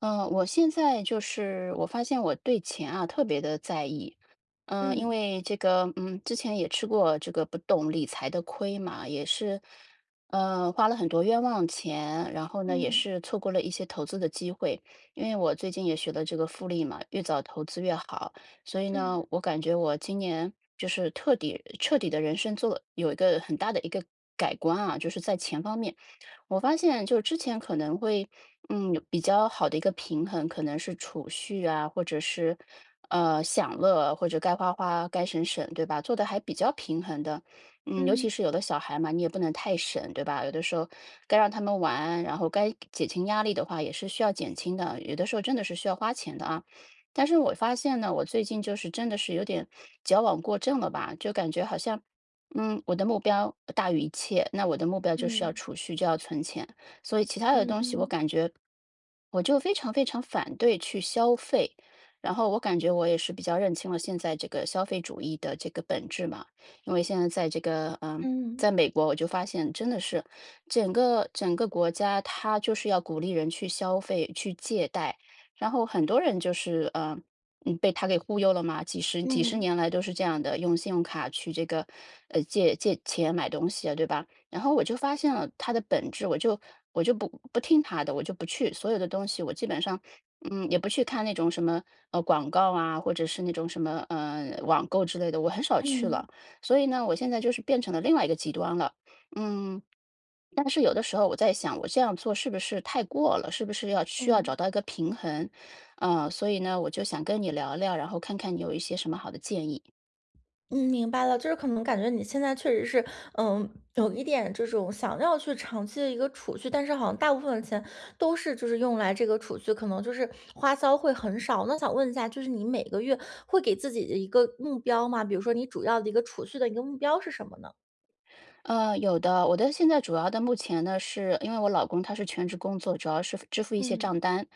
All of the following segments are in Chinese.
我现在就是我发现我对钱啊特别的在意，因嗯为这个，之前也吃过这个不懂理财的亏嘛，也是，花了很多冤枉钱，然后呢，也嗯是错过了一些投资的机会，因为我最近也学了这个复利嘛，越早投资越好，所以呢，嗯我感觉我今年就是彻底的人生做了有一个很大的一个改观啊，就是在钱方面。我发现就之前可能会，有比较好的一个平衡，可能是储蓄啊，或者是享乐，或者该花花该省省，对吧？做的还比较平衡的，尤其嗯是有的小孩嘛，你也不能太省，对吧？有的时候该让他们玩，然后该减轻压力的话，也是需要减轻的，有的时候真的是需要花钱的啊。但是我发现呢，我最近就是真的是有点矫枉过正了吧，就感觉好像我的目标大于一切，那我的目标就是要嗯储蓄，就要存钱。所以其他的嗯东西我嗯感觉，我就非常非常反对去消费。然后我感觉我也是比较认清了现在这个消费主义的这个本质嘛，因为现在在这个嗯在美国我就发现真的是整个整个国家它就是要鼓励人去消费、去借贷，然后很多人就是被他给忽悠了嘛，几十几嗯十嗯年来都是这样的，用信用卡去这个，借钱买东西啊，对吧？然后我就发现了它的本质，我就不听他的，我就不去所有的东西，我基本上，也不去看那种什么广告啊，或者是那种什么网购之类的，我很少去了。嗯所以呢，我现在就是变成了另外一个极端了，嗯。但是有的时候我在想，我这样做是不是太过了？是不是要需要找到一个平衡？所以呢，我就想跟你聊聊，然后看看你有一些什么好的建议。嗯，明白了，就是可能感觉你现在确实是，嗯，有一点这种想要去长期的一个储蓄，但是好像大部分的钱都是就是用来这个储蓄，可能就是花销会很少。那想问一下，就是你每个月会给自己的一个目标吗？比如说你主要的一个储蓄的一个目标是什么呢？有的，我的现在主要的目前呢，是因为我老公他是全职工作，主要是支付一些嗯账单，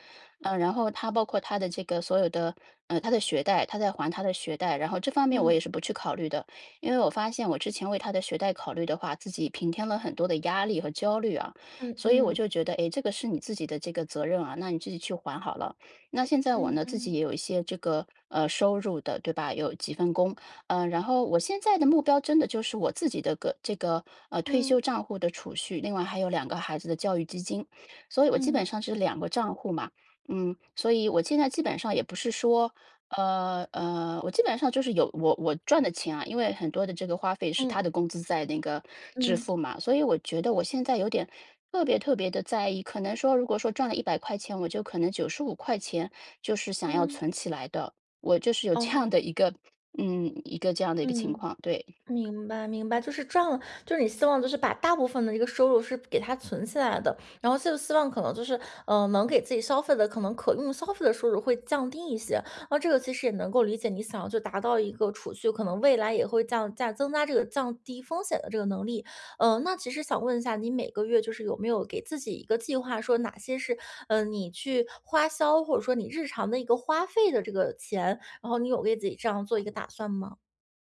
然后他包括他的这个所有的，他的学贷，他在还他的学贷，然后这方面我嗯也是不去考虑的，因为我发现我之前为他的学贷考虑的话，自己平添了很多的压力和焦虑啊，嗯所以我就嗯觉得，哎，这个是你自己的这个责任啊，那你自己去还好了。那现在我嗯呢，自己嗯也有一些这个收入的，对吧？有几份工。然后我现在的目标真的就是我自己的这个退休嗯账户的储蓄，另外还有两个孩子的教育基金，所以我基本嗯上是两个账户嘛，所以我现在基本上也不是说，我基本上就是有我赚的钱啊，因为很多的这个花费是嗯他的工资在那个支嗯付嘛，所以我觉得我现在有点，特别特别的在意，可能说，如果说赚了100块，我就可能95块就是想要嗯。存起来的，我就是有这样哦，的一个一个这样的一个情嗯，况，对，明白明白，就是赚了，就是你希望就是把大部分的这个收入是给它存起来的，然后就希望可能就是，能给自己消费的可能可用消费的收入会降低一些，那这个其实也能够理解，你想要就达到一个储蓄，可能未来也会降价增加这个降低风险的这个能力。那其实想问一下，你每个月就是有没有给自己一个计划，说哪些是，你去花销或者说你日常的一个花费的这个钱，然后你有给自己这样做一个打算吗？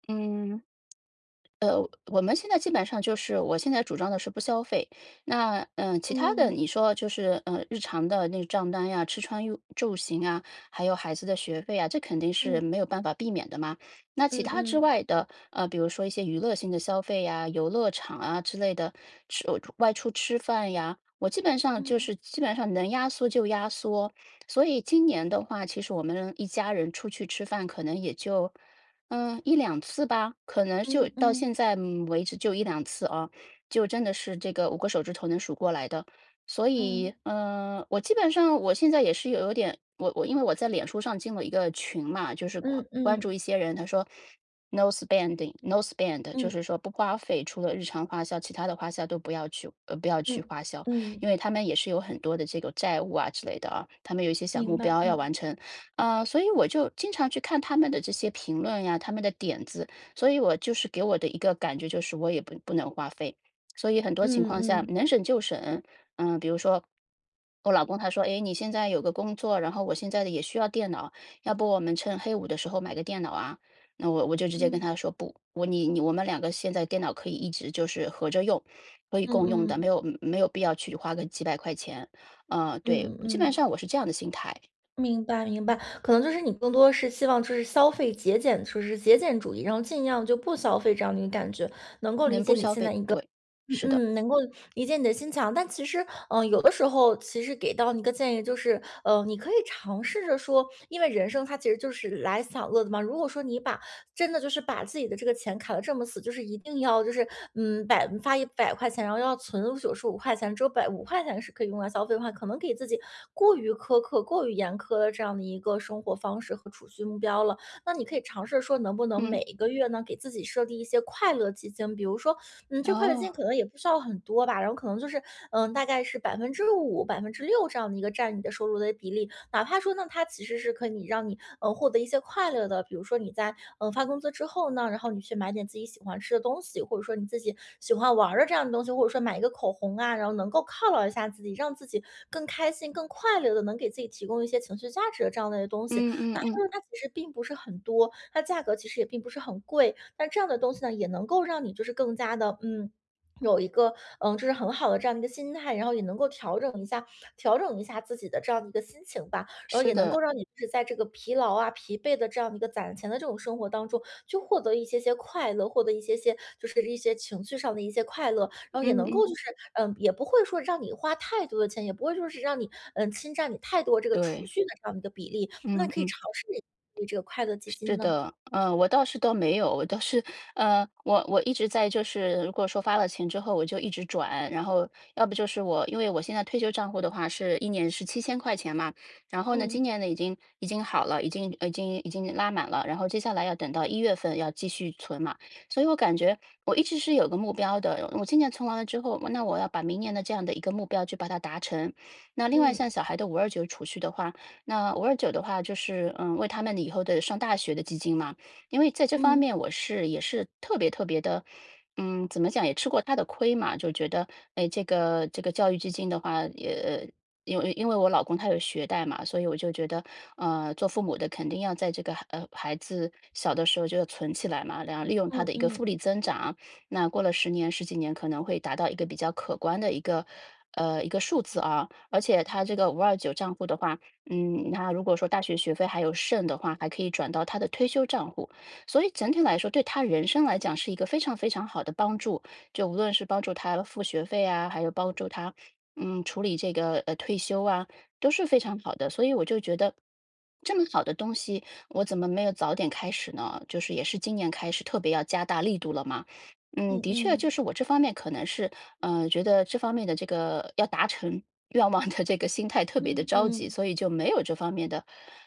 嗯，呃，我们现在基本上就是我现在主张的是不消费。那其他的嗯你说就是日常的那个账单呀、吃穿用住行啊，还有孩子的学费啊，这肯定是嗯没有办法避免的嘛。那其嗯他之嗯，外的，比如说一些娱乐性的消费呀、游乐场啊之类的，吃外出吃饭呀，我基本上就嗯是基本上能压缩就压缩。所以今年的话，其实我们一家人出去吃饭，可能也就一两次吧，可能嗯就嗯到现嗯在，嗯为止就一两次啊，就真的是这个五个手指头能数过来的。所以，嗯我基本上我现在也是有点我因为我在脸书上进了一个群嘛，就是关嗯关注嗯一些人，他说 "No spending, no spend"，就是说不花费，除了日常花销，其他的花销都不要去不要去嗯花销。嗯，因为他们也是有很多的这个债务啊之类的啊，他们有一些小目明白，标要嗯完成。所以我就经常去看他们的这些评论呀，他们的点子，所以我就是给我的一个感觉就是我也不能花费，所以很多情嗯况下嗯能省就省。比如说我老公他说，哎，你现在有个工作，然后我现在也需要电脑，要不我们趁黑五的时候买个电脑啊？那我就直接跟嗯他说不，我你你我们两个现在电脑可以一直就是合着用，可以嗯共用的，没嗯有没有必要去花个几百块钱。对，嗯基本嗯，上我是这样的心态。明白明白。可能就是你更多是希望就是消费节俭，就是节俭主义，然后尽量就不消费这样的一个感觉，能够理能不解你消现费，在一个对，嗯是的，嗯，能够理解你的心情啊，但其实，有的时候其实给到你一个建议，就是，你可以尝试着说，因为人生它其实就是来享乐的嘛。如果说你把真的就是把自己的这个钱卡的这么死，就是一定要就是，百发一百块钱，然后要存九十五块钱，只有百五块钱是可以用来消费的话，可能给自己过于苛刻、过于严苛的这样的一个生活方式和储蓄目标了。那你可以尝试说，能不能嗯，每一个月呢，给自己设立一些快乐基金，比如说这快乐金哦，可能也不需要很多吧，然后可能就是，大概是百百分分之五、百分之六这样的一个占你的收入的比例。哪怕说呢，它其实是可以让你，获得一些快乐的，比如说你在，发工资之后呢，然后你去买点自己喜欢吃的东西，或者说你自己喜欢玩儿的这样的东西，或者说买一个口红啊，然后能够犒劳一下自己，让自己更开心、更快乐的，能给自己提供一些情绪价值的这样的东西。嗯嗯哪怕嗯，说它其实并不是很多，它价格其实也并不是很贵，那这样的东西呢，也能够让你就是更加的有一个，就是很好的这样的一个心态，然后也能够调整一下调整一下自己的这样的一个心情吧。然后是也能够的，让你就是在这个疲劳啊、疲惫的这样的一个攒钱的这种生活当中，去获得一些些快乐，获得一些些就是一些情绪上的一些快乐。然后也嗯能够嗯，就是，也不会说让你花太多的钱，也不会说是让你，侵占你太多这个储对，蓄的这样的一个比例，嗯那可以嗯。尝试一下这个快乐基是金呢。的，嗯，我倒是都没有，我倒是，我一直在就是，如果说发了钱之后，我就一直转，然后要不就是我，因为我现在退休账户的话是一年是7000块嘛，然后呢，嗯，今年呢已经好了，已经拉满了，然后接下来要等到一月份要继续存嘛，所以我感觉我一直是有个目标的，我今年存完了之后，那我要把明年的这样的一个目标去把它达成。那另外像嗯，小孩的五二九储蓄的话，那五二九的话，就是为他们以后的上大学的基金嘛，因为在这方嗯。面我是也是特别特别的，怎么讲也吃过他的亏嘛，就觉得哎，这个教育基金的话，也因为我老公他有学贷嘛，所以我就觉得，做父母的肯定要在这个孩子小的时候就要存起来嘛，然后利用他的嗯一个复嗯，利增长，那过了十几年可能会达到一个比较可观的一个数字啊，而且他这个五二九账户的话，那如果说大学学费还有剩的话，还可以转到他的退休账户，所以整体来说，对他人生来讲是一个非常非常好的帮助。就无论是帮助他付学费啊，还有帮助他，处理这个退休啊，都是非常好的。所以我就觉得，这么好的东西，我怎么没有早点开始呢？就是也是今年开始特别要加大力度了嘛。嗯的确，就嗯，是我这方面可能是，觉得这方面的这个要达成，愿望的这个心态特别的嗯着急，嗯，所以就没有这方面的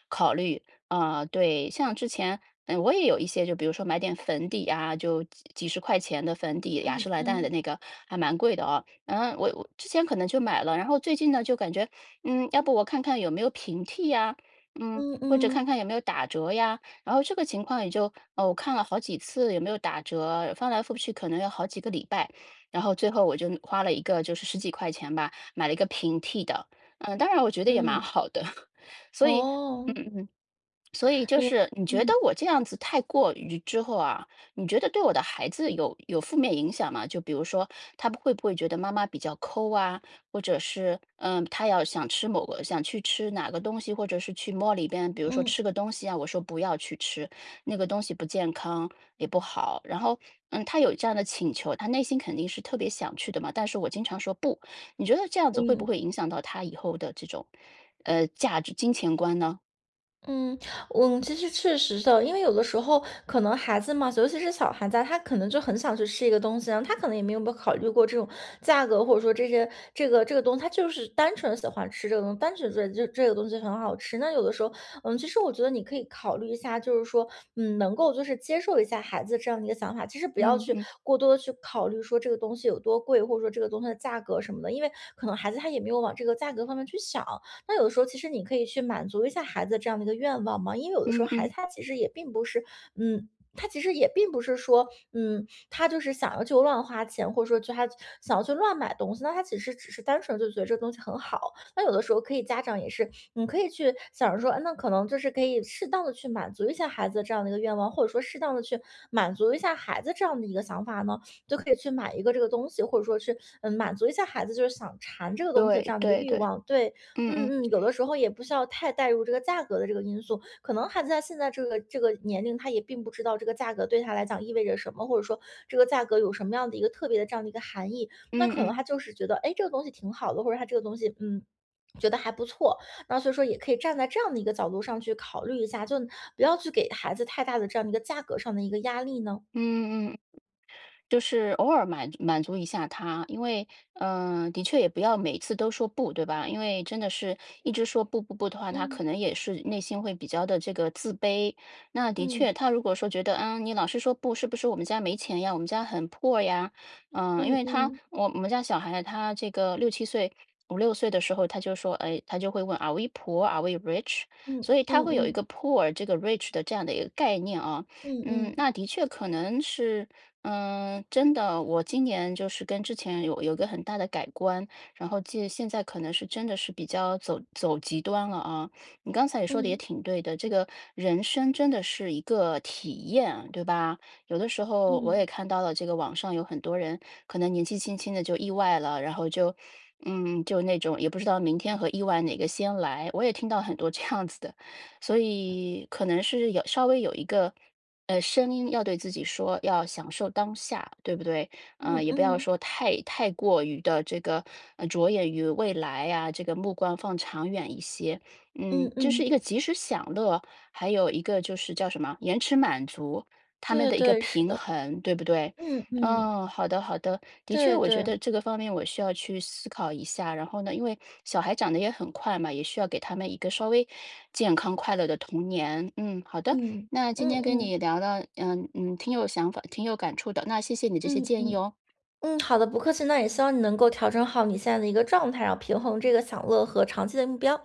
考虑。啊，对，像之前，我也有一些就比如说买点粉底啊，就几十块钱的粉底，雅诗嗯兰黛的嗯，那个还蛮贵的哦。嗯，我之前可能就买了，然后最近呢就感觉，嗯，要不我看看有没有平替呀，嗯，嗯或者看嗯，看有没有打折呀。然后这个情况也就，哦，我看了好几次有没有打折，翻来覆去可能要好几个礼拜，然后最后我就花了一个就是十几块钱吧，买了一个平替的，嗯，当然我觉得也蛮嗯，好的，所以嗯哦，嗯。所以就明是你觉得嗯，我这样子太过于之后啊，你觉得对我的孩子有负面影响吗？就比如说，他不会觉得妈妈比较抠啊，或者是嗯，他要想吃某个想去吃哪个东西，或者是去 mall 里边，比如说嗯吃个东西啊，我说不要去吃那个东西，不健康也不好。然后嗯，他有这样的请求，他内心肯定是特别想去的嘛，但是我经常说不，你觉得这样子会不嗯。会影响到他以后的这种价值金钱观呢？嗯，我其实确实的，因为有的时候可能孩子嘛，尤其是小孩子啊他可能就很想去吃一个东西，然后他可能也没有考虑过这种价格，或者说这些这个这个东西，他就是单纯喜欢吃这个东西，单纯觉得这个东西很好吃。那有的时候，其实我觉得你可以考虑一下，就是说，能够就是接受一下孩子这样的一个想法，其实不要嗯去嗯。过多的去考虑说这个东西有多贵，或者说这个东西的价格什么的，因为可能孩子他也没有往这个价格方面去想。那有的时候其实你可以去满足一下孩子这样的一个愿望嘛，因为有的时嗯候孩嗯，子他其实也并不是，嗯，他其实也并不是说，他就是想要去乱花钱，或者说就他想要去乱买东西，那他其实只是单纯就觉得这个东西很好。那有的时候可以家长也是，你可以去想着说，哎那可能就是可以适当的去满足一下孩子这样的一个愿望，或者说适当的去满足一下孩子这样的一个想法呢，就可以去买一个这个东西，或者说去满足一下孩子就是想馋这个东西的这对样的一个对欲对，望。对，嗯嗯嗯，嗯，有的时候也不需要太带入这个价格的这个因素，可能孩子他现在这个这个年龄，他也并不知道这个价格对他来讲意味着什么，或者说这个价格有什么样的一个特别的这样的一个含义。那嗯可嗯，能他就是觉得，哎，这个东西挺好的，或者他这个东西，嗯。觉得还不错，那所以说也可以站在这样的一个角度上去考虑一下，就不要去给孩子太大的这样的一个价格上的一个压力呢。嗯嗯就是偶尔满足一下他，因为，的确也不要每次都说不，对吧？因为真的是一直说不不不的话，他可嗯能也是内心会比较的这个自卑。那的嗯确，他如果说觉得，嗯，你老是说不，是不是我们家没钱呀？我们家很破呀？因嗯为他嗯我我们家小孩他这个六七岁。五六岁的时候，他就说，哎，他就会问，Are we poor? Are we rich? 嗯所以他会有一嗯个 poor 这个 rich 的这样的一个概念啊，嗯嗯，嗯那的确可能是，嗯，真的，我今年就是跟之前有一个很大的改观，然后现在可能是真的是比较走极端了啊。你刚才也说的也嗯挺对的，这个人生真的是一个体验，对吧？有的时候嗯我也嗯看到了这个网上有很多人可能年纪轻轻的就意外了，然后就嗯，就那种也不知道明天和意外哪个先来，我也听到很多这样子的，所以可能是有稍微有一个。声音要对自己说，要享受当下，对不对？嗯，嗯也不要嗯说太过于的这个着眼于未来啊，这个目光放长远一些。嗯嗯，这是嗯。一个及时享乐，还有一个就是叫什么延迟满足，他们对的一个对，是平的，衡，对不对？嗯嗯，嗯，好的，好的，的确，对我觉对，得这个方面我需要去思考一下。然后呢，因为小孩长得也很快嘛，也需要给他们一个稍微健康快乐的童年。嗯，好的。嗯。那今嗯天跟嗯你聊的，嗯嗯，挺有想法，挺有感触的。那谢谢你这些嗯建议嗯哦。嗯，好的，不客气。那也希望你能够调整好你现在的一个状态，然后平衡这个享乐和长期的目标。